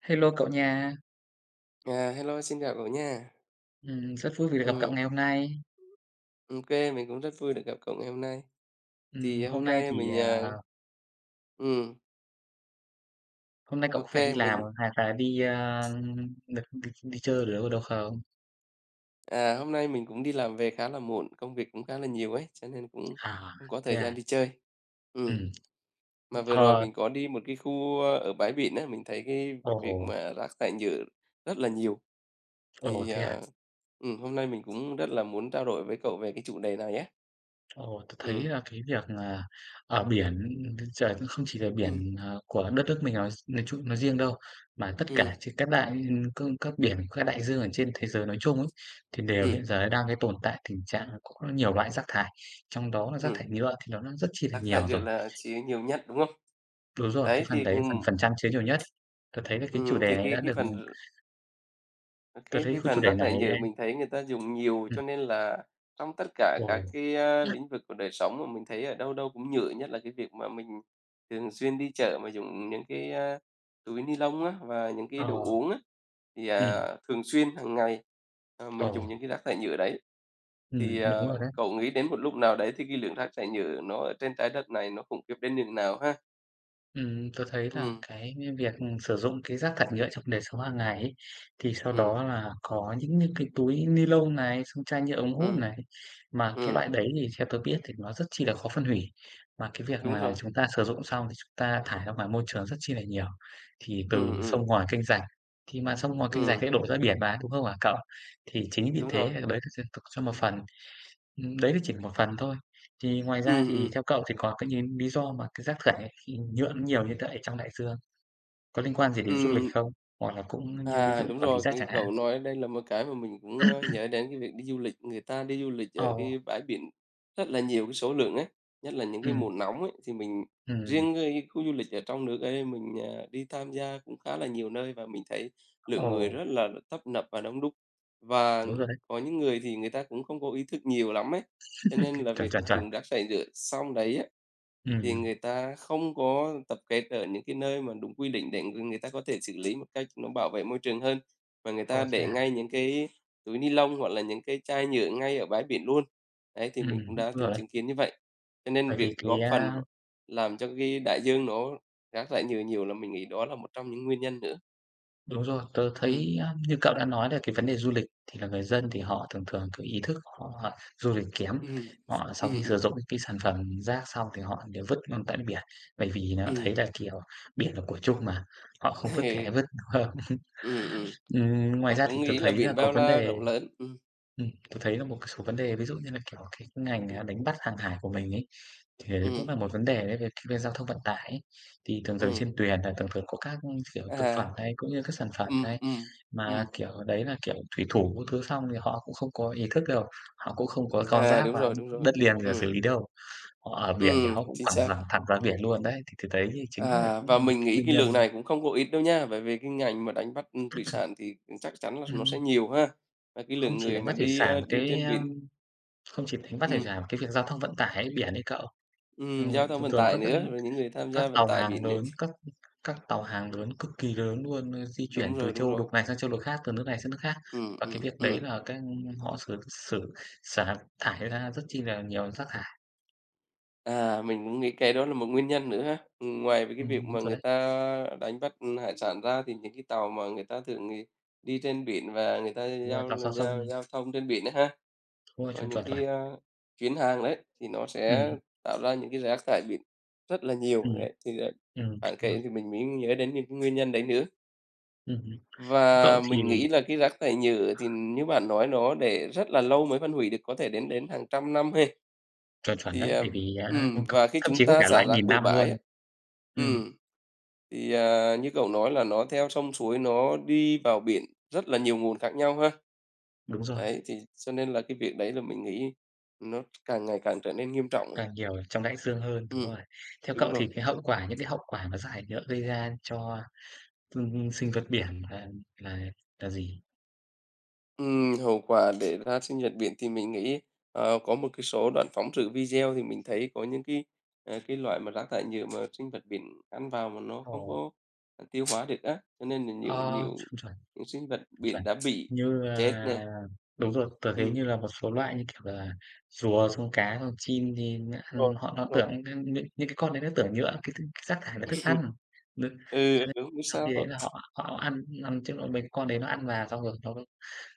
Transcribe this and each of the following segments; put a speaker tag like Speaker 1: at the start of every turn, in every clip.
Speaker 1: Hello cậu nha,
Speaker 2: À, hello, xin chào cậu nha.
Speaker 1: rất vui vì được gặp cậu
Speaker 2: Ừm,
Speaker 1: ngày hôm nay.
Speaker 2: ok, mình cũng rất vui được gặp cậu ngày hôm nay.
Speaker 1: Ừm,
Speaker 2: Thì
Speaker 1: hôm
Speaker 2: hôm
Speaker 1: nay
Speaker 2: nay
Speaker 1: thì,
Speaker 2: mình,
Speaker 1: à,
Speaker 2: à ừm,
Speaker 1: Hôm nay
Speaker 2: ô
Speaker 1: cậu có phải đi làm
Speaker 2: mình
Speaker 1: không? Hay là được đi đi chơi ở đâu đâu không?
Speaker 2: Hôm nay mình cũng đi làm về khá là muộn, công việc cũng khá là nhiều ấy, cho nên cũng
Speaker 1: À,
Speaker 2: không có thời
Speaker 1: Thế
Speaker 2: gian
Speaker 1: à?
Speaker 2: đi chơi.
Speaker 1: Ừ.
Speaker 2: Ừm, mà vừa rồi
Speaker 1: Ờ.
Speaker 2: mình có đi một cái khu, ở bãi biển á, mình thấy cái
Speaker 1: Ồ.
Speaker 2: việc mà rác thải nhựa rất là nhiều,
Speaker 1: Ồ,
Speaker 2: thì,
Speaker 1: thế à?
Speaker 2: hôm nay mình cũng rất là muốn trao đổi với cậu về cái chủ đề này nhé.
Speaker 1: Ồ, tớ thấy
Speaker 2: Ừm.
Speaker 1: là cái việc, ở biển trời cũng không chỉ là
Speaker 2: Ừm.
Speaker 1: biển, của đất nước mình nói chung nói riêng đâu, mà tất
Speaker 2: Ừm.
Speaker 1: cả trên các biển, các đại dương ở trên thế giới nói chung ấy, thì đều
Speaker 2: Ừm.
Speaker 1: hiện giờ đang cái tồn tại tình trạng là có nhiều loại rác thải, trong đó là rác
Speaker 2: ừm,
Speaker 1: thải nhựa thì nó rất chi là
Speaker 2: Rác thải
Speaker 1: nhiều
Speaker 2: nhựa
Speaker 1: rồi.
Speaker 2: là chỉ nhiều nhất, đúng không?
Speaker 1: Đúng rồi, cái
Speaker 2: Đấy,
Speaker 1: phần đấy phần phần trăm chứa nhiều nhất. Tôi thấy là cái chủ đề
Speaker 2: thì
Speaker 1: này
Speaker 2: cái
Speaker 1: đã
Speaker 2: cái
Speaker 1: được
Speaker 2: phần r
Speaker 1: Tôi
Speaker 2: cái
Speaker 1: thấy
Speaker 2: cái
Speaker 1: cái chủ
Speaker 2: phần
Speaker 1: đề
Speaker 2: rác
Speaker 1: này
Speaker 2: thải nhựa mình thấy người ta dùng nhiều, cho
Speaker 1: ừm,
Speaker 2: nên là trong tất cả
Speaker 1: ồ,
Speaker 2: các cái, lĩnh vực của đời sống mà mình thấy ở đâu đâu cũng nhựa, nhất là cái việc mà mình thường xuyên đi chợ mà dùng những cái, túi ni lông á, và những cái đồ
Speaker 1: ờ,
Speaker 2: uống á, thì,
Speaker 1: ừm,
Speaker 2: thường xuyên hàng ngày, mình
Speaker 1: ờ,
Speaker 2: dùng những cái rác thải nhựa đấy. Thì,
Speaker 1: đúng rồi đấy.
Speaker 2: cậu nghĩ đến một lúc nào đấy thì cái lượng rác thải nhựa nó ở trên trái đất này nó khủng khiếp đến nhường nào ha?
Speaker 1: Tớ thấy là
Speaker 2: Ừm,
Speaker 1: cái việc sử dụng cái rác thải nhựa trong đời sống hàng ngày ấy, thì sau
Speaker 2: ừm,
Speaker 1: đó là có những cái túi ni lông này, xong chai nhựa ống hút
Speaker 2: ừm,
Speaker 1: này, mà cái
Speaker 2: ừm,
Speaker 1: loại đấy thì theo tôi biết thì nó rất chi là khó phân hủy. Mà cái việc
Speaker 2: đúng
Speaker 1: mà
Speaker 2: rồi.
Speaker 1: chúng ta sử dụng xong thì chúng ta thải ra ngoài môi trường rất chi là nhiều, thì từ
Speaker 2: Ừm, ừm,
Speaker 1: sông ngòi kênh rạch, thì mà sông ngòi kênh rạch
Speaker 2: ừm.
Speaker 1: sẽ đổ ra biển mà, đúng không hả cậu? Thì chính vì
Speaker 2: Đúng
Speaker 1: thế
Speaker 2: rồi.
Speaker 1: đấy là cho một phần. Đấy là chỉ một phần thôi. Thì ngoài ra
Speaker 2: Ừm, ừm,
Speaker 1: thì theo cậu thì có cái những lý do mà cái rác thải khi nhựa nó nhiều như vậy trong đại dương, có liên quan gì đến du lịch
Speaker 2: ừm.
Speaker 1: không? Hoặc là cũng như ví
Speaker 2: À,
Speaker 1: dụ như
Speaker 2: đúng
Speaker 1: quản lý
Speaker 2: rồi,
Speaker 1: rác chẳng
Speaker 2: cái
Speaker 1: hạn?
Speaker 2: cậu nói đây là một cái mà mình cũng, nhớ đến cái việc đi du lịch. Người ta đi du lịch ở
Speaker 1: Ồ,
Speaker 2: cái bãi biển rất là nhiều cái số lượng ấy, nhất là những cái
Speaker 1: ừm,
Speaker 2: mùa nóng ấy, thì mình
Speaker 1: ừm,
Speaker 2: riêng cái khu du lịch ở trong nước ở đây mình, đi tham gia cũng khá là nhiều nơi và mình thấy lượng người
Speaker 1: ồ,
Speaker 2: rất là tấp nập và đông đúc. Và
Speaker 1: đúng rồi đấy,
Speaker 2: có những người thì người ta cũng không có ý thức nhiều lắm ấy, cho nên là
Speaker 1: chuẩn,
Speaker 2: việc
Speaker 1: chuẩn, chuẩn.
Speaker 2: dùng rác thải nhựa xong đấy á. Thì
Speaker 1: Ừm,
Speaker 2: người ta không có tập kết ở những cái nơi mà đúng quy định để người người ta có thể xử lý một cách nó bảo vệ môi trường hơn, mà người ta
Speaker 1: Ồ, thế
Speaker 2: để
Speaker 1: à?
Speaker 2: ngay những cái túi ni lông hoặc là những cái chai nhựa ngay ở bãi biển luôn. Đấy, thì
Speaker 1: Ừm,
Speaker 2: mình cũng
Speaker 1: Đúng
Speaker 2: đã
Speaker 1: rồi
Speaker 2: từng
Speaker 1: đấy.
Speaker 2: chứng kiến như vậy. Cho nên
Speaker 1: Bởi
Speaker 2: việc
Speaker 1: vì cái,
Speaker 2: góp phần
Speaker 1: a
Speaker 2: làm cho cái đại dương nó rác thải nhiều nhiều là mình nghĩ đó là một trong những nguyên nhân nữa.
Speaker 1: Đúng rồi, tớ
Speaker 2: Ừm,
Speaker 1: thấy, như cậu đã nói là cái vấn đề du lịch thì là người dân thì họ thường thường cái ý thức họ họ du lịch kém.
Speaker 2: ừm, ừm,
Speaker 1: Họ sau
Speaker 2: ừm,
Speaker 1: khi
Speaker 2: ừm.
Speaker 1: sử dụng những cái sản phẩm rác xong thì họ đều vứt luôn tại biển, bởi vì họ thấy là, kiểu, biển là của chung mà, họ không vứt thì ai vứt, đúng không?
Speaker 2: Ừm, ừm. Họ
Speaker 1: Ngoài ra
Speaker 2: cũng
Speaker 1: thì tôi
Speaker 2: nghĩ là
Speaker 1: thấy là
Speaker 2: biển
Speaker 1: có
Speaker 2: bao
Speaker 1: vấn
Speaker 2: la
Speaker 1: đề
Speaker 2: rộng lớn.
Speaker 1: Tớ thấy là một số vấn đề ví dụ như là, kiểu, cái ngành,
Speaker 2: Ừm,
Speaker 1: đánh bắt hàng hải của mình ấy, thì đấy cũng
Speaker 2: ừm,
Speaker 1: là một vấn đề đấy về giao thông vận tải ấy. Thì thường thường
Speaker 2: ừm.
Speaker 1: trên thuyền là thường thường có các, kiểu, thực
Speaker 2: À,
Speaker 1: phẩm này, cũng như các sản phẩm
Speaker 2: ừ,
Speaker 1: này,
Speaker 2: ừ,
Speaker 1: mà,
Speaker 2: ừm.
Speaker 1: kiểu, đấy là, kiểu, thủy thủ các thứ xong thì họ cũng không có ý thức đâu, họ cũng không có con
Speaker 2: À,
Speaker 1: giáp
Speaker 2: đúng
Speaker 1: và
Speaker 2: rồi, đúng rồi.
Speaker 1: đất liền để xử
Speaker 2: Ừ,
Speaker 1: lý đâu. Họ ở biển thì
Speaker 2: ừ,
Speaker 1: họ cũng
Speaker 2: chính
Speaker 1: quẳng
Speaker 2: xác.
Speaker 1: thẳng thẳng ra biển luôn đấy, thì đấy thì chính là
Speaker 2: À,
Speaker 1: cũng là
Speaker 2: và
Speaker 1: một
Speaker 2: mình
Speaker 1: cái
Speaker 2: nghĩ
Speaker 1: nguyên
Speaker 2: cái lượng
Speaker 1: nhân.
Speaker 2: này cũng không có ít đâu nha, bởi vì cái ngành mà đánh bắt, thủy sản thì, chắc chắn là nó sẽ
Speaker 1: Ừm,
Speaker 2: nhiều ha. Và cái
Speaker 1: không
Speaker 2: lượng
Speaker 1: chỉ
Speaker 2: người
Speaker 1: đánh
Speaker 2: mà
Speaker 1: bắt thủy sản mà
Speaker 2: đi
Speaker 1: cái,
Speaker 2: trên
Speaker 1: a,
Speaker 2: biển,
Speaker 1: Không chỉ đánh bắt thủy
Speaker 2: ừm,
Speaker 1: sản mà cái việc giao thông vận tải ấy, biển ấy cậu.
Speaker 2: giao thông
Speaker 1: Thường
Speaker 2: vận
Speaker 1: thường
Speaker 2: tải nữa, rồi những người tham
Speaker 1: các
Speaker 2: gia vận
Speaker 1: tàu
Speaker 2: tải
Speaker 1: hàng
Speaker 2: biển nữa.
Speaker 1: lớn, các tàu hàng lớn cực kỳ lớn luôn, di
Speaker 2: Đúng
Speaker 1: chuyển từ
Speaker 2: rồi, đúng
Speaker 1: châu
Speaker 2: rồi.
Speaker 1: lục này sang châu lục khác, từ nước này sang nước khác.
Speaker 2: Ừ,
Speaker 1: Và
Speaker 2: ừ,
Speaker 1: cái việc đấy
Speaker 2: ừm.
Speaker 1: là cái họ xử xử xả thải ra rất chi là nhiều rác thải.
Speaker 2: À, mình cũng nghĩ cái đó là một nguyên nhân nữa ha. Ngoài về cái việc
Speaker 1: Đúng
Speaker 2: mà
Speaker 1: rồi
Speaker 2: người
Speaker 1: đấy,
Speaker 2: ta đánh bắt, hải sản ra thì những cái tàu mà người ta thường, đi trên biển và người ta
Speaker 1: đúng rồi, đằng
Speaker 2: giao
Speaker 1: sau
Speaker 2: giao
Speaker 1: sông
Speaker 2: giao thông trên biển á ha.
Speaker 1: đúng rồi,
Speaker 2: Có
Speaker 1: chuẩn,
Speaker 2: những
Speaker 1: chuẩn, chuẩn.
Speaker 2: cái, chuyến hàng đấy, thì nó sẽ
Speaker 1: Ừm,
Speaker 2: tạo ra những cái rác thải biển rất là nhiều,
Speaker 1: ừm,
Speaker 2: đấy, thì đấy,
Speaker 1: Đúng
Speaker 2: bạn
Speaker 1: rồi,
Speaker 2: kể thì mình mới nhớ đến những cái nguyên nhân đấy nữa.
Speaker 1: hứm. Theo
Speaker 2: Và
Speaker 1: cậu thì
Speaker 2: mình nghĩ là cái rác thải nhựa thì như bạn nói nó để rất là lâu mới phân hủy được, có thể đến đến hàng trăm năm hay?
Speaker 1: Chuẩn, chuẩn
Speaker 2: Thì,
Speaker 1: đấy, bởi vì á ưm, c
Speaker 2: và khi
Speaker 1: thậm
Speaker 2: chúng
Speaker 1: chí có
Speaker 2: ta
Speaker 1: cả
Speaker 2: xả
Speaker 1: loại
Speaker 2: rác
Speaker 1: nghìn
Speaker 2: bừa
Speaker 1: năm
Speaker 2: bãi á.
Speaker 1: luôn. Ừm,
Speaker 2: ừm, thì, như cậu nói là nó theo sông suối, nó đi vào biển, rất là nhiều nguồn khác nhau ha.
Speaker 1: Đúng rồi.
Speaker 2: Đấy, thì cho nên là cái việc đấy là mình nghĩ nó càng ngày càng trở nên nghiêm trọng.
Speaker 1: Càng nhiều trong đại dương hơn, đúng
Speaker 2: Ừm,
Speaker 1: rồi. Theo
Speaker 2: đúng
Speaker 1: cậu
Speaker 2: rồi.
Speaker 1: thì cái hậu quả những cái hậu quả mà rác thải nhựa gây ra cho, sinh vật biển là là gì?
Speaker 2: Hậu quả để ra sinh nhật biển thì mình nghĩ, có một cái số đoạn phóng sự video thì mình thấy có những cái, cái loại mà rác thải nhựa mà sinh vật biển ăn vào mà nó không
Speaker 1: Ồ.
Speaker 2: có, tiêu hóa được á, cho nên là nhiều nhiều
Speaker 1: Ờ, chuẩn, chuẩn,
Speaker 2: những sinh vật
Speaker 1: chuẩn.
Speaker 2: biển đã bị
Speaker 1: Như
Speaker 2: chết này.
Speaker 1: là Đúng rồi, tớ thấy
Speaker 2: Ừm.
Speaker 1: như là một số loại như, kiểu là, rùa, xong cá, xong chim thì nó
Speaker 2: Rồi,
Speaker 1: ăn họ nó
Speaker 2: rồi.
Speaker 1: tưởng những cái con đấy nó tưởng nhựa cái rác thải là thức ăn. Đ
Speaker 2: Ừ,
Speaker 1: cho nên
Speaker 2: đúng, không biết
Speaker 1: sau
Speaker 2: sao
Speaker 1: khi đấy là
Speaker 2: á.
Speaker 1: họ họ ăn ăn chứ mấy con đấy nó ăn vào xong rồi nó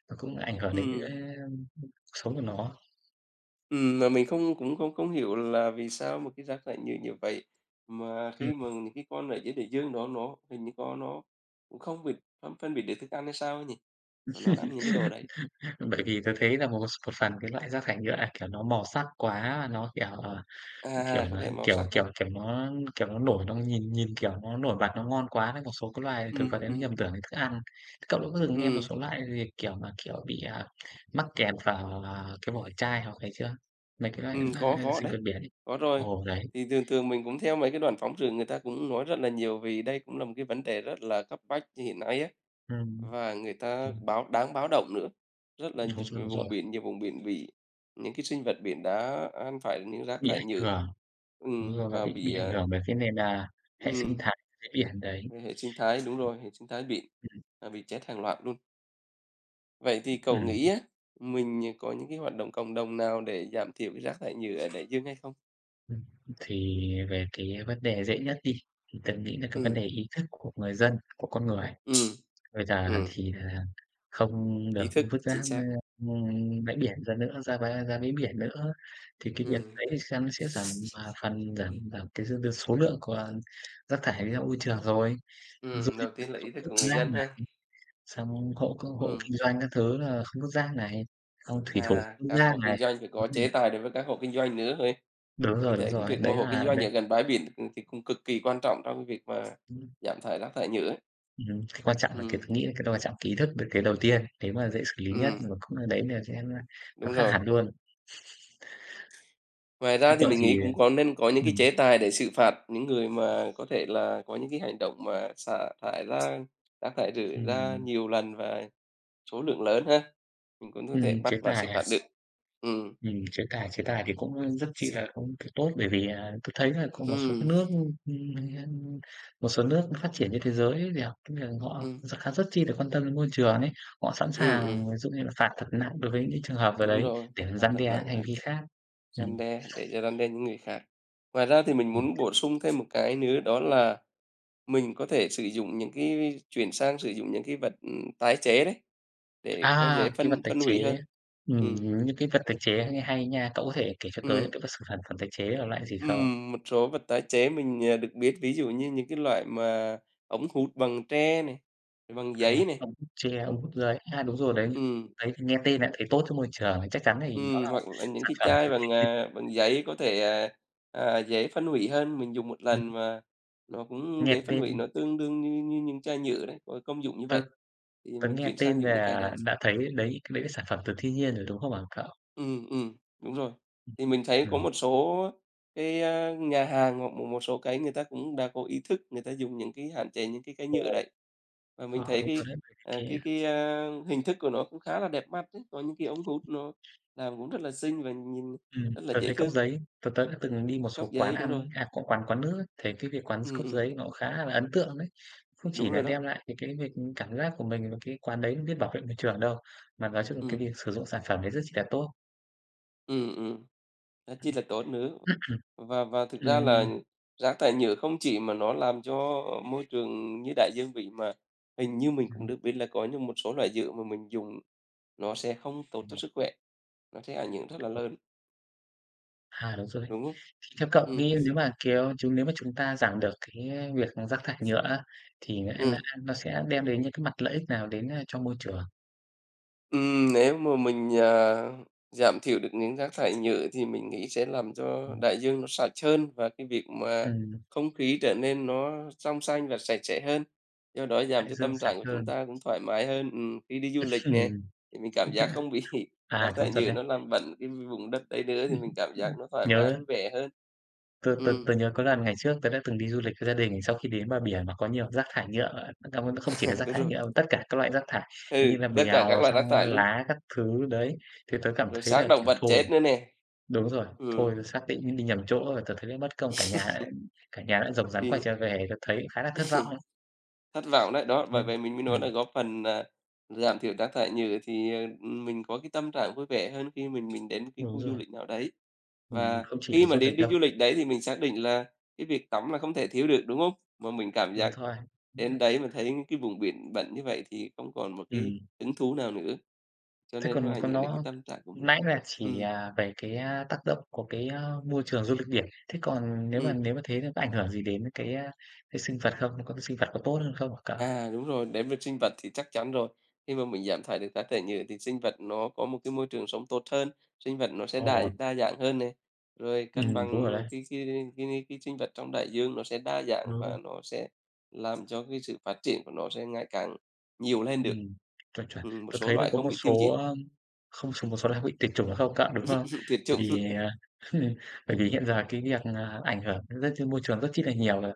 Speaker 1: nó cũng ảnh hưởng đến cái,
Speaker 2: Ừm.
Speaker 1: cuộc sống của nó.
Speaker 2: Mà mình không cũng không không hiểu là vì sao mà cái rác lại nhiều như vậy, mà khi mà những cái con ở dưới đại dương đó nó hình như con nó cũng không bị phân phân biệt được thức ăn hay sao ấy nhỉ? Mà nó ăn những cái đồ đấy.
Speaker 1: Ừm. Bởi
Speaker 2: Ừm,
Speaker 1: vì tôi thấy là một một phần cái loại rác thải nhựa, kiểu, nó màu sắc quá và nó, kiểu, kiểu,
Speaker 2: có
Speaker 1: nó
Speaker 2: vẻ màu
Speaker 1: kiểu
Speaker 2: sắc
Speaker 1: kiểu
Speaker 2: thôi.
Speaker 1: kiểu, nó, kiểu, nó nổi bật, nó ngon quá nên một số cái loài thực vật
Speaker 2: Ừm,
Speaker 1: ấy nó nhầm
Speaker 2: ừm,
Speaker 1: tưởng thành thức ăn. Thế cậu đã có từng nghe một
Speaker 2: ừm,
Speaker 1: số loại gì, kiểu mà, kiểu, bị, mắc kẹt vào, cái vỏ chai hoặc ấy chưa? Mấy cái loại,
Speaker 2: có
Speaker 1: sinh
Speaker 2: đấy,
Speaker 1: vật biển ấy.
Speaker 2: có rồi.
Speaker 1: Ồ, đấy,
Speaker 2: Thì thường thường mình cũng theo mấy cái đoàn phóng sự người ta cũng nói rất là nhiều vì đây cũng là một cái vấn đề rất là cấp bách hiện nay á.
Speaker 1: ừm,
Speaker 2: Và người ta
Speaker 1: đúng,
Speaker 2: báo đáng báo động nữa, rất là
Speaker 1: đúng
Speaker 2: vùng
Speaker 1: rồi,
Speaker 2: biển, nhiều vùng biển bị những cái sinh vật biển đã ăn phải những rác
Speaker 1: bị
Speaker 2: thải
Speaker 1: ảnh
Speaker 2: nhựa,
Speaker 1: hưởng, đúng rồi, và
Speaker 2: và
Speaker 1: bị
Speaker 2: bị,
Speaker 1: ảnh hưởng bởi cái nền, hệ sinh
Speaker 2: ừm,
Speaker 1: thái dưới biển đấy,
Speaker 2: về hệ sinh thái đúng rồi, hệ sinh thái biển, bị chết hàng loạt luôn. Vậy thì cậu
Speaker 1: ừm.
Speaker 2: nghĩ á, mình, có những cái hoạt động cộng đồng nào để giảm thiểu cái rác thải nhựa ở đại dương hay không?
Speaker 1: Ừm, thì về cái vấn đề dễ nhất đi, thì tớ nghĩ là cái vấn
Speaker 2: Ừm,
Speaker 1: đề ý thức của người dân, của con người.
Speaker 2: ừm,
Speaker 1: Bây giờ
Speaker 2: ừm,
Speaker 1: thì là không
Speaker 2: ý
Speaker 1: được
Speaker 2: thức,
Speaker 1: vứt
Speaker 2: chính
Speaker 1: rác,
Speaker 2: xác.
Speaker 1: bãi biển ra nữa, ra bãi biển nữa, thì cái việc
Speaker 2: Ừm,
Speaker 1: đấy nó sẽ giảm, phần giảm giảm cái dư dư số lượng của rác thải ra môi trường rồi. Du
Speaker 2: đầu
Speaker 1: lịch
Speaker 2: tiên là
Speaker 1: không
Speaker 2: ý thức
Speaker 1: vứt
Speaker 2: của người
Speaker 1: rác
Speaker 2: dân ha.
Speaker 1: này, xong hộ
Speaker 2: Ừm,
Speaker 1: kinh doanh các thứ là không vứt rác này, xong thủy thủ không vứt
Speaker 2: các
Speaker 1: rác
Speaker 2: hộ kinh
Speaker 1: này.
Speaker 2: doanh phải có chế tài đối với các hộ kinh doanh nữa.
Speaker 1: Đúng
Speaker 2: Mình
Speaker 1: rồi, đúng
Speaker 2: thấy cái
Speaker 1: rồi, đúng rồi,
Speaker 2: việc mà
Speaker 1: đấy
Speaker 2: hộ kinh
Speaker 1: là
Speaker 2: doanh ở gần bãi biển, thì cũng cực kỳ quan trọng trong cái việc mà
Speaker 1: đấy.
Speaker 2: giảm thải rác thải nhựa ấy.
Speaker 1: Cái quan trọng là cái
Speaker 2: Ừm,
Speaker 1: tôi nghĩ là cái đó quan trọng cái ý thức được cái đầu tiên, nếu mà dễ xử lý nhất
Speaker 2: ừm,
Speaker 1: và cũng là đấy là sẽ là nó
Speaker 2: đúng
Speaker 1: khác
Speaker 2: rồi.
Speaker 1: hẳn luôn.
Speaker 2: Ngoài ra
Speaker 1: Theo
Speaker 2: thì
Speaker 1: tôi
Speaker 2: mình nghĩ
Speaker 1: thì
Speaker 2: cũng có nên có những cái
Speaker 1: ừm,
Speaker 2: chế tài để xử phạt những người mà có thể là có những cái hành động mà xả thải ra rác thải rưởi ra
Speaker 1: ừm,
Speaker 2: nhiều lần và số lượng lớn ha. Mình cũng có thể bắt
Speaker 1: Chế
Speaker 2: và xử
Speaker 1: tài
Speaker 2: phạt
Speaker 1: à?
Speaker 2: được. Ừm,
Speaker 1: Chế tài chế tài thì cũng rất chi
Speaker 2: s
Speaker 1: là cũng cái tốt bởi vì, tôi thấy là có một số cái
Speaker 2: ừm,
Speaker 1: nước, một số nước phát triển trên thế giới ấy thì họ tức là họ
Speaker 2: ừm,
Speaker 1: rất chi là quan tâm đến môi trường ấy, họ sẵn
Speaker 2: ừm,
Speaker 1: sàng
Speaker 2: ừm,
Speaker 1: ví dụ như là phạt thật nặng đối với những trường hợp ở
Speaker 2: Đúng
Speaker 1: đấy
Speaker 2: rồi,
Speaker 1: để
Speaker 2: phạt
Speaker 1: răn
Speaker 2: thật
Speaker 1: đe
Speaker 2: nặng
Speaker 1: những hành
Speaker 2: đấy,
Speaker 1: vi khác. Ừm.
Speaker 2: răn đe để cho răn đe những người khác. Ngoài ra thì mình muốn bổ sung thêm một cái nữa đó là mình có thể sử dụng những cái chuyển sang sử dụng những cái vật, tái chế đấy, để có dễ
Speaker 1: Cái vật
Speaker 2: phân
Speaker 1: tái
Speaker 2: phân
Speaker 1: chế.
Speaker 2: hủy hơn. Ừ,
Speaker 1: Những cái vật tái chế nghe hay nha, cậu có thể kể cho tớ
Speaker 2: ừ,
Speaker 1: những cái vật sản sản phẩm tái chế là loại gì không?
Speaker 2: một số vật tái chế mình, được biết, ví dụ như những cái loại mà ống hút bằng tre này, bằng giấy này,
Speaker 1: Ống hút tre, ống hút giấy, đúng rồi đấy,
Speaker 2: ừ,
Speaker 1: đấy, thì nghe tên đã thấy tốt cho môi trường, chắc chắn thì nó là
Speaker 2: hoặc là những
Speaker 1: sản
Speaker 2: cái
Speaker 1: phẩm
Speaker 2: chai
Speaker 1: từ thiên nhiên.
Speaker 2: bằng giấy có thể, dễ phân hủy hơn, mình dùng một
Speaker 1: Ừm,
Speaker 2: lần mà nó cũng
Speaker 1: nghe
Speaker 2: dễ phân hủy,
Speaker 1: tên
Speaker 2: nó tương đương như như những chai nhựa đấy, có công dụng như
Speaker 1: tớ
Speaker 2: vậy, thì
Speaker 1: tớ
Speaker 2: mình
Speaker 1: nghe
Speaker 2: chuyển sang
Speaker 1: tên
Speaker 2: dùng những cái đấy.
Speaker 1: là đã thấy đấy, cái đấy là sản phẩm từ thiên nhiên rồi, đúng không ạ, cậu?
Speaker 2: Ừ, đúng rồi.
Speaker 1: Ừm,
Speaker 2: Thì mình thấy có
Speaker 1: ừm.
Speaker 2: một số cái, nhà hàng hoặc một một số cái người ta cũng đã có ý thức, người ta dùng những cái hạn chế những cái cây nhựa đấy. Và mình
Speaker 1: Ờ,
Speaker 2: thấy
Speaker 1: đúng
Speaker 2: cái,
Speaker 1: rồi đấy, bởi vì
Speaker 2: à,
Speaker 1: cái.
Speaker 2: cái cái, a, hình thức của nó cũng khá là đẹp mắt đấy, có những cái ống hút nó làm cũng rất là xinh và nhìn rất là
Speaker 1: Tớ
Speaker 2: dễ
Speaker 1: thấy cốc
Speaker 2: thương,
Speaker 1: giấy, tớ tớ đã từng đi một
Speaker 2: cốc
Speaker 1: số quán
Speaker 2: giấy, đúng
Speaker 1: ăn ấy,
Speaker 2: rồi.
Speaker 1: cũng quán quán nước ấy, thấy cái việc quán
Speaker 2: Ừ,
Speaker 1: cốc giấy nó khá là ấn tượng đấy. Không
Speaker 2: đúng
Speaker 1: chỉ là
Speaker 2: rồi đó.
Speaker 1: đem lại cái việc cảm giác của mình và cái quán đấy biết bảo vệ môi trường đâu, mà nói chung là
Speaker 2: Ừ,
Speaker 1: cái việc sử dụng sản phẩm đấy rất chi là tốt.
Speaker 2: ừ, ừ. Rất chi là tốt nữa. Và thực ra là
Speaker 1: Ừm,
Speaker 2: rác thải nhựa không chỉ mà nó làm cho môi trường như đại dương vậy, mà hình như mình cũng
Speaker 1: ừm.
Speaker 2: được biết là có những một số loại nhựa mà mình dùng nó sẽ không tốt cho
Speaker 1: một
Speaker 2: sức khỏe, nó sẽ ảnh hưởng rất là
Speaker 1: một
Speaker 2: lớn,
Speaker 1: À, Đúng rồi đấy.
Speaker 2: đúng không?
Speaker 1: Thì theo cậu
Speaker 2: Ừ,
Speaker 1: nghĩ nếu mà, kiểu, nếu mà chúng ta giảm được cái, việc rác thải nhựa á, thì nó
Speaker 2: ừ.
Speaker 1: nó nó sẽ đem đến những cái mặt lợi ích nào đến, cho môi trường?
Speaker 2: Nếu mà mình, giảm thiểu được những rác thải nhựa thì mình nghĩ sẽ làm cho đại dương nó sạch hơn và cái việc mà
Speaker 1: Ừm,
Speaker 2: không khí trở nên nó trong xanh và sạch sẽ hơn, do đó giảm
Speaker 1: Đại
Speaker 2: cho
Speaker 1: dương
Speaker 2: tâm trạng
Speaker 1: sạch
Speaker 2: của chúng
Speaker 1: hơn.
Speaker 2: ta cũng thoải mái hơn. Khi đi du lịch nè,
Speaker 1: Ừm.
Speaker 2: thì mình cảm giác không bị rác thải
Speaker 1: Đúng rồi
Speaker 2: nhựa
Speaker 1: đấy.
Speaker 2: nó làm bẩn cái vùng đất đấy nữa thì mình cảm giác nó thoải mái,
Speaker 1: nhớ
Speaker 2: vui vẻ hơn.
Speaker 1: tôi
Speaker 2: Ừm,
Speaker 1: tớ nhớ có lần ngày trước tôi đã từng đi du lịch với gia đình, sau khi đến bờ biển mà có nhiều rác thải nhựa, không không chỉ là rác
Speaker 2: đúng
Speaker 1: thải
Speaker 2: rồi.
Speaker 1: nhựa, mà tất cả các loại rác thải
Speaker 2: Ừ,
Speaker 1: như là
Speaker 2: tất cả các
Speaker 1: bèo,
Speaker 2: loại
Speaker 1: xong
Speaker 2: rác thải luôn,
Speaker 1: lá các thứ đấy, thì tôi cảm
Speaker 2: rồi
Speaker 1: thấy
Speaker 2: xác
Speaker 1: là,
Speaker 2: động
Speaker 1: kiểu,
Speaker 2: vật
Speaker 1: thôi
Speaker 2: chết nữa nè.
Speaker 1: đúng rồi, thôi
Speaker 2: Ừ.
Speaker 1: tớ xác định đi nhầm chỗ rồi, tôi thấy mất công cả nhà đã rồng rắn quay
Speaker 2: y
Speaker 1: trở về, tớ thấy khá là thất vọng ấy.
Speaker 2: Thất vọng đấy, đó, bởi
Speaker 1: Nên
Speaker 2: vậy mình mới nói là
Speaker 1: ừm,
Speaker 2: góp phần, giảm thiểu rác thải nhựa thì, mình có cái tâm trạng vui vẻ hơn khi mình đến cái
Speaker 1: đúng
Speaker 2: khu du
Speaker 1: rồi,
Speaker 2: lịch nào đấy. Và
Speaker 1: không chỉ là
Speaker 2: khi mà
Speaker 1: du
Speaker 2: đến
Speaker 1: lịch
Speaker 2: đi
Speaker 1: đâu,
Speaker 2: du lịch đấy thì mình xác định là cái việc tắm là không thể thiếu được, đúng không? Mà mình cảm
Speaker 1: đúng
Speaker 2: giác
Speaker 1: thôi.
Speaker 2: đến đấy mà thấy cái vùng biển bẩn như vậy thì không còn một cái
Speaker 1: Ừm.
Speaker 2: hứng thú nào nữa, cho
Speaker 1: Thế
Speaker 2: nên nó
Speaker 1: còn
Speaker 2: ảnh
Speaker 1: còn
Speaker 2: hưởng đến cái
Speaker 1: nó
Speaker 2: tâm trạng của mình.
Speaker 1: nãy là chỉ,
Speaker 2: Ừm,
Speaker 1: về cái, tác động của cái, môi trường du lịch biển. Thế còn nếu mà
Speaker 2: ừm.
Speaker 1: nếu mà thế thì có ảnh hưởng gì đến cái sinh vật không? Có cái sinh vật có tốt hơn không hả cậu?
Speaker 2: À, đúng rồi, đến với sinh vật thì chắc chắn rồi. Khi mà mình giảm thải được rác thải nhựa thì sinh vật nó có một cái môi trường sống tốt hơn, sinh vật nó sẽ đa
Speaker 1: Ồ,
Speaker 2: đa dạng hơn này, rồi cân
Speaker 1: đúng rồi
Speaker 2: bằng
Speaker 1: đấy,
Speaker 2: cái sinh vật trong đại dương nó sẽ đa dạng
Speaker 1: đúng
Speaker 2: và
Speaker 1: rồi.
Speaker 2: nó sẽ làm cho cái sự phát triển của nó sẽ ngày càng nhiều lên được.
Speaker 1: Ừm, Chuẩn, chuẩn.
Speaker 2: Một
Speaker 1: Tớ
Speaker 2: số
Speaker 1: thấy là
Speaker 2: loại
Speaker 1: có
Speaker 2: không
Speaker 1: một
Speaker 2: bị tiêu
Speaker 1: số,
Speaker 2: diệt,
Speaker 1: không số một số là bị tuyệt chủng không cậu, đúng không?
Speaker 2: tuyệt
Speaker 1: Bởi
Speaker 2: chủng.
Speaker 1: vì, bởi vì hiện giờ cái việc, ảnh hưởng rất trên môi trường rất chi là nhiều rồi,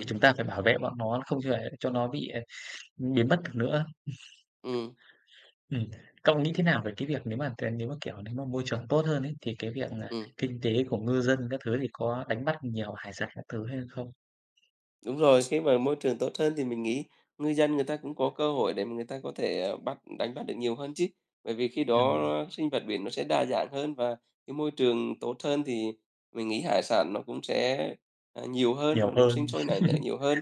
Speaker 1: thì chúng ta phải bảo vệ bọn nó không cho để cho nó bị, biến mất được nữa.
Speaker 2: ừ
Speaker 1: Ừm, Cậu nghĩ thế nào về cái việc nếu mà, kiểu, nếu mà môi trường tốt hơn ấy, thì cái việc,
Speaker 2: ừ
Speaker 1: kinh tế của ngư dân các thứ thì có đánh bắt nhiều hải sản các thứ hay không?
Speaker 2: Đúng rồi, khi mà môi trường tốt hơn thì mình nghĩ ngư dân người ta cũng có cơ hội để mà người ta có thể, bắt đánh bắt được nhiều hơn chứ. Bởi vì khi đó
Speaker 1: Ừm,
Speaker 2: sinh vật biển nó sẽ đa dạng hơn và cái môi trường tốt hơn thì mình nghĩ hải sản nó cũng sẽ, nhiều hơn
Speaker 1: nhiều
Speaker 2: và nó sinh
Speaker 1: hơn,
Speaker 2: sôi nảy nở nhiều hơn.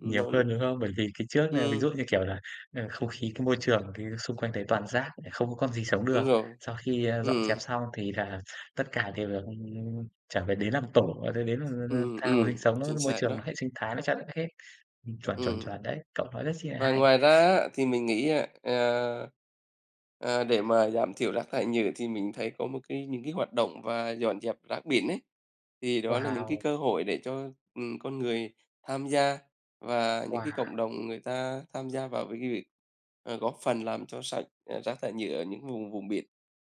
Speaker 2: Nó
Speaker 1: nhiều hơn, đúng không? Bởi vì cái trước là ví
Speaker 2: ừm,
Speaker 1: dụ như, kiểu là, không khí cái môi trường thì xung quanh đấy toàn rác, không có con gì sống
Speaker 2: đúng
Speaker 1: được.
Speaker 2: rồi.
Speaker 1: Sau khi, dọn
Speaker 2: Ừm,
Speaker 1: dẹp xong thì là tất cả đều được, trở về đến làm tổ, đến là tha hồ sinh sống nó
Speaker 2: chính
Speaker 1: môi
Speaker 2: xác
Speaker 1: trường
Speaker 2: đó.
Speaker 1: nó hệ sinh thái nó chặn hết. Chuẩn, chuẩn,
Speaker 2: Ừm.
Speaker 1: chuẩn, đấy, cậu nói rất chi là
Speaker 2: Và
Speaker 1: hay.
Speaker 2: ngoài ra á, thì mình nghĩ, á, à, ờ, ờ, để mà giảm thiểu rác thải nhựa thì mình thấy có một cái những cái hoạt động và dọn dẹp rác biển ấy, thì đó là những cái
Speaker 1: Wow,
Speaker 2: cơ hội để cho, con người tham gia và những cái
Speaker 1: wow,
Speaker 2: cộng đồng người ta tham gia vào với cái việc, góp phần làm cho sạch, rác thải nhựa ở những vùng vùng biển.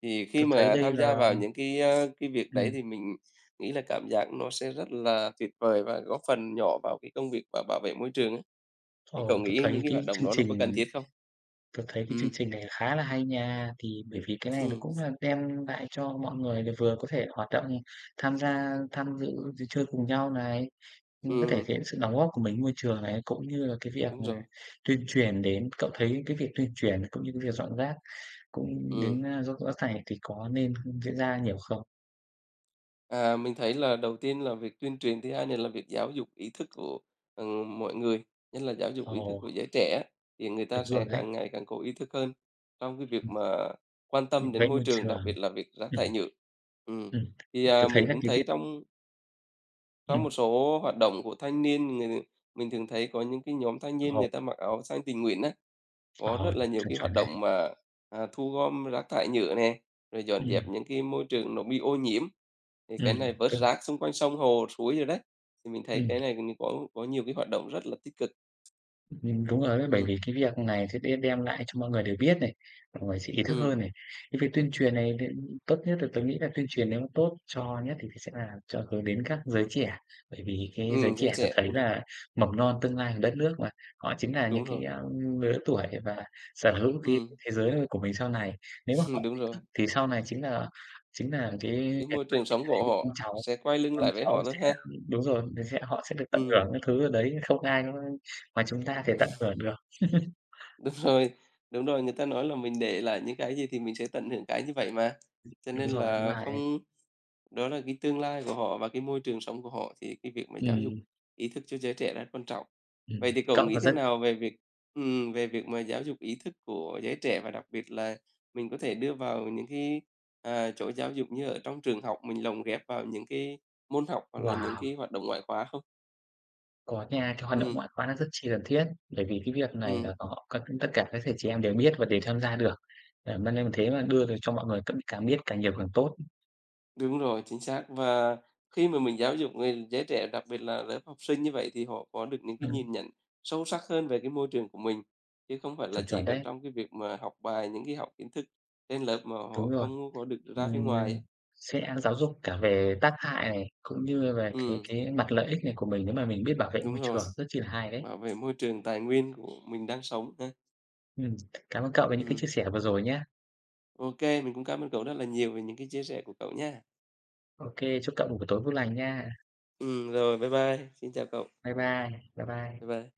Speaker 2: Thì khi
Speaker 1: tôi thấy
Speaker 2: mà
Speaker 1: đây
Speaker 2: tham gia
Speaker 1: là
Speaker 2: vào những cái việc đấy
Speaker 1: ừm,
Speaker 2: thì mình nghĩ là cảm giác nó sẽ rất là tuyệt vời và góp phần nhỏ vào cái công việc và bảo vệ môi trường ấy. Thì cậu
Speaker 1: ồ,
Speaker 2: nghĩ những cái hoạt động đó nó có cần thiết không?
Speaker 1: tớ thấy cái chương
Speaker 2: Ừ,
Speaker 1: trình này khá là hay nha. Thì bởi vì cái này nó
Speaker 2: ừm,
Speaker 1: cũng là đem lại cho mọi người là vừa có thể hoạt động, tham gia tham dự rồi chơi cùng nhau này, nhưng có thể
Speaker 2: ừm,
Speaker 1: thể hiện sự đóng góp của mình môi trường này, cũng như là cái việc
Speaker 2: đúng
Speaker 1: mà
Speaker 2: rồi,
Speaker 1: tuyên truyền đến cậu thấy cái việc tuyên truyền cũng như cái việc dọn rác, cũng
Speaker 2: ừm.
Speaker 1: đến, dốc rác thải thì có nên diễn ra nhiều không?
Speaker 2: À, mình thấy là đầu tiên là việc tuyên truyền, thứ hai nữa là việc giáo dục ý thức của, mọi người, nhất là giáo dục ý thức
Speaker 1: Ồ,
Speaker 2: của giới trẻ thì người ta
Speaker 1: đúng
Speaker 2: sẽ
Speaker 1: rồi đấy,
Speaker 2: càng ngày càng có ý thức hơn trong cái việc
Speaker 1: ừm,
Speaker 2: mà quan
Speaker 1: bảo
Speaker 2: tâm đến
Speaker 1: vệ
Speaker 2: môi
Speaker 1: môi
Speaker 2: trường, đặc
Speaker 1: trường,
Speaker 2: biệt là việc rác thải
Speaker 1: ừm,
Speaker 2: nhựa. Ừm,
Speaker 1: ừm,
Speaker 2: thì,
Speaker 1: tớ
Speaker 2: mình
Speaker 1: thấy là
Speaker 2: cũng
Speaker 1: cái
Speaker 2: thấy
Speaker 1: việc
Speaker 2: trong trong
Speaker 1: ừm,
Speaker 2: một số hoạt động của thanh niên, người mình thường thấy có những cái nhóm thanh niên
Speaker 1: ồ,
Speaker 2: người ta mặc áo xanh tình nguyện á.
Speaker 1: ờ,
Speaker 2: Có rất là nhiều
Speaker 1: chuẩn,
Speaker 2: cái hoạt
Speaker 1: chuẩn đấy,
Speaker 2: động mà, thu gom rác thải nhựa nè, rồi dọn
Speaker 1: ừm.
Speaker 2: dẹp những cái môi trường nó bị ô nhiễm. Thì cái
Speaker 1: Ừm,
Speaker 2: này vớt
Speaker 1: tức
Speaker 2: rác xung quanh sông hồ, suối rồi đấy, thì mình thấy
Speaker 1: ừm,
Speaker 2: cái này cũng có nhiều cái hoạt động rất là tích cực.
Speaker 1: đúng rồi đấy, bởi
Speaker 2: Ừ,
Speaker 1: vì cái việc này sẽ đe đem lại cho mọi người đều biết này, mọi người sẽ ý thức
Speaker 2: ừm,
Speaker 1: hơn này. Cái việc tuyên truyền này thì tốt nhất là tớ nghĩ là tuyên truyền nếu mà tốt cho nhất thì sẽ là cho hướng đến các giới trẻ, bởi vì cái giới
Speaker 2: giới
Speaker 1: trẻ tớ
Speaker 2: trẻ,
Speaker 1: thấy là mầm non tương lai của đất nước mà, họ chính là
Speaker 2: đúng
Speaker 1: những cái,
Speaker 2: rồi,
Speaker 1: lứa tuổi và sở hữu cái
Speaker 2: ừm,
Speaker 1: thế giới của mình sau này. Nếu mà họ
Speaker 2: đúng
Speaker 1: ý
Speaker 2: rồi,
Speaker 1: thức thì sau này chính là cái
Speaker 2: cái
Speaker 1: việc
Speaker 2: môi trường sống
Speaker 1: giới
Speaker 2: của
Speaker 1: trẻ con
Speaker 2: họ
Speaker 1: cháu
Speaker 2: sẽ quay lưng
Speaker 1: Con
Speaker 2: lại với
Speaker 1: cháu
Speaker 2: họ thôi
Speaker 1: sẽ
Speaker 2: ha.
Speaker 1: đúng rồi, nó sẽ họ sẽ được tận
Speaker 2: Ừm,
Speaker 1: hưởng những thứ ở đấy, không ai nó ngoài chúng ta thể tận hưởng được.
Speaker 2: đúng rồi, đúng rồi, người ta nói là mình để lại những cái gì thì mình sẽ tận hưởng cái như vậy mà, cho
Speaker 1: Đúng
Speaker 2: nên
Speaker 1: rồi, nhưng mà
Speaker 2: là
Speaker 1: ấy
Speaker 2: không. Đó là cái tương lai của họ và cái môi trường sống của họ thì cái việc mà giáo dục
Speaker 1: ừm,
Speaker 2: ý thức cho giới trẻ rất quan trọng. Vậy thì cậu
Speaker 1: cộng
Speaker 2: nghĩ
Speaker 1: nó
Speaker 2: thế
Speaker 1: rất
Speaker 2: nào về việc mà giáo dục ý thức của giới trẻ và đặc biệt là mình có thể đưa vào những chỗ giáo dục như ở trong trường học, mình lồng ghép vào những cái môn học hoặc là những cái
Speaker 1: wow,
Speaker 2: hoạt động ngoại khóa không?
Speaker 1: có nha, cái hoạt động
Speaker 2: Ừm,
Speaker 1: ngoại khóa nó rất chi cần thiết, bởi vì cái việc này
Speaker 2: ừm.
Speaker 1: là họ các tất cả các thầy chị em đều biết và đều tham gia được. Ờ, mà nên là thế mà đưa được cho mọi người tất cả biết càng nhiều càng tốt.
Speaker 2: Đúng rồi, chính xác. Và khi mà mình giáo dục người giới trẻ, đặc biệt là lớp học sinh như vậy thì họ có được những cái
Speaker 1: Ừm,
Speaker 2: nhìn nhận sâu sắc hơn về cái môi trường của mình, chứ không phải là
Speaker 1: chuẩn,
Speaker 2: chỉ
Speaker 1: chuẩn
Speaker 2: cần
Speaker 1: đấy,
Speaker 2: trong cái việc mà học bài, những cái học kiến thức trên lớp mà
Speaker 1: đúng
Speaker 2: họ
Speaker 1: rồi.
Speaker 2: không có được ra phía ngoài á.
Speaker 1: Ừm, sẽ giáo dục cả về tác hại này, cũng như về cái
Speaker 2: Ừm,
Speaker 1: cái mặt lợi ích này của mình nếu mà mình biết bảo vệ môi
Speaker 2: đúng rồi,
Speaker 1: trường, rất chi là hay đấy.
Speaker 2: bảo vệ môi trường tài nguyên của mình đang sống ha.
Speaker 1: Ừm, cảm ơn cậu về những cái
Speaker 2: Ừm,
Speaker 1: chia sẻ vừa rồi nhé.
Speaker 2: ô mình cũng cảm ơn cậu rất là nhiều về những cái chia sẻ của cậu nha.
Speaker 1: OK, chúc cậu một buổi tối vui lành nha.
Speaker 2: Rồi, bye bye, xin chào cậu.
Speaker 1: Bye bye, bye
Speaker 2: Bye
Speaker 1: bye.
Speaker 2: bye.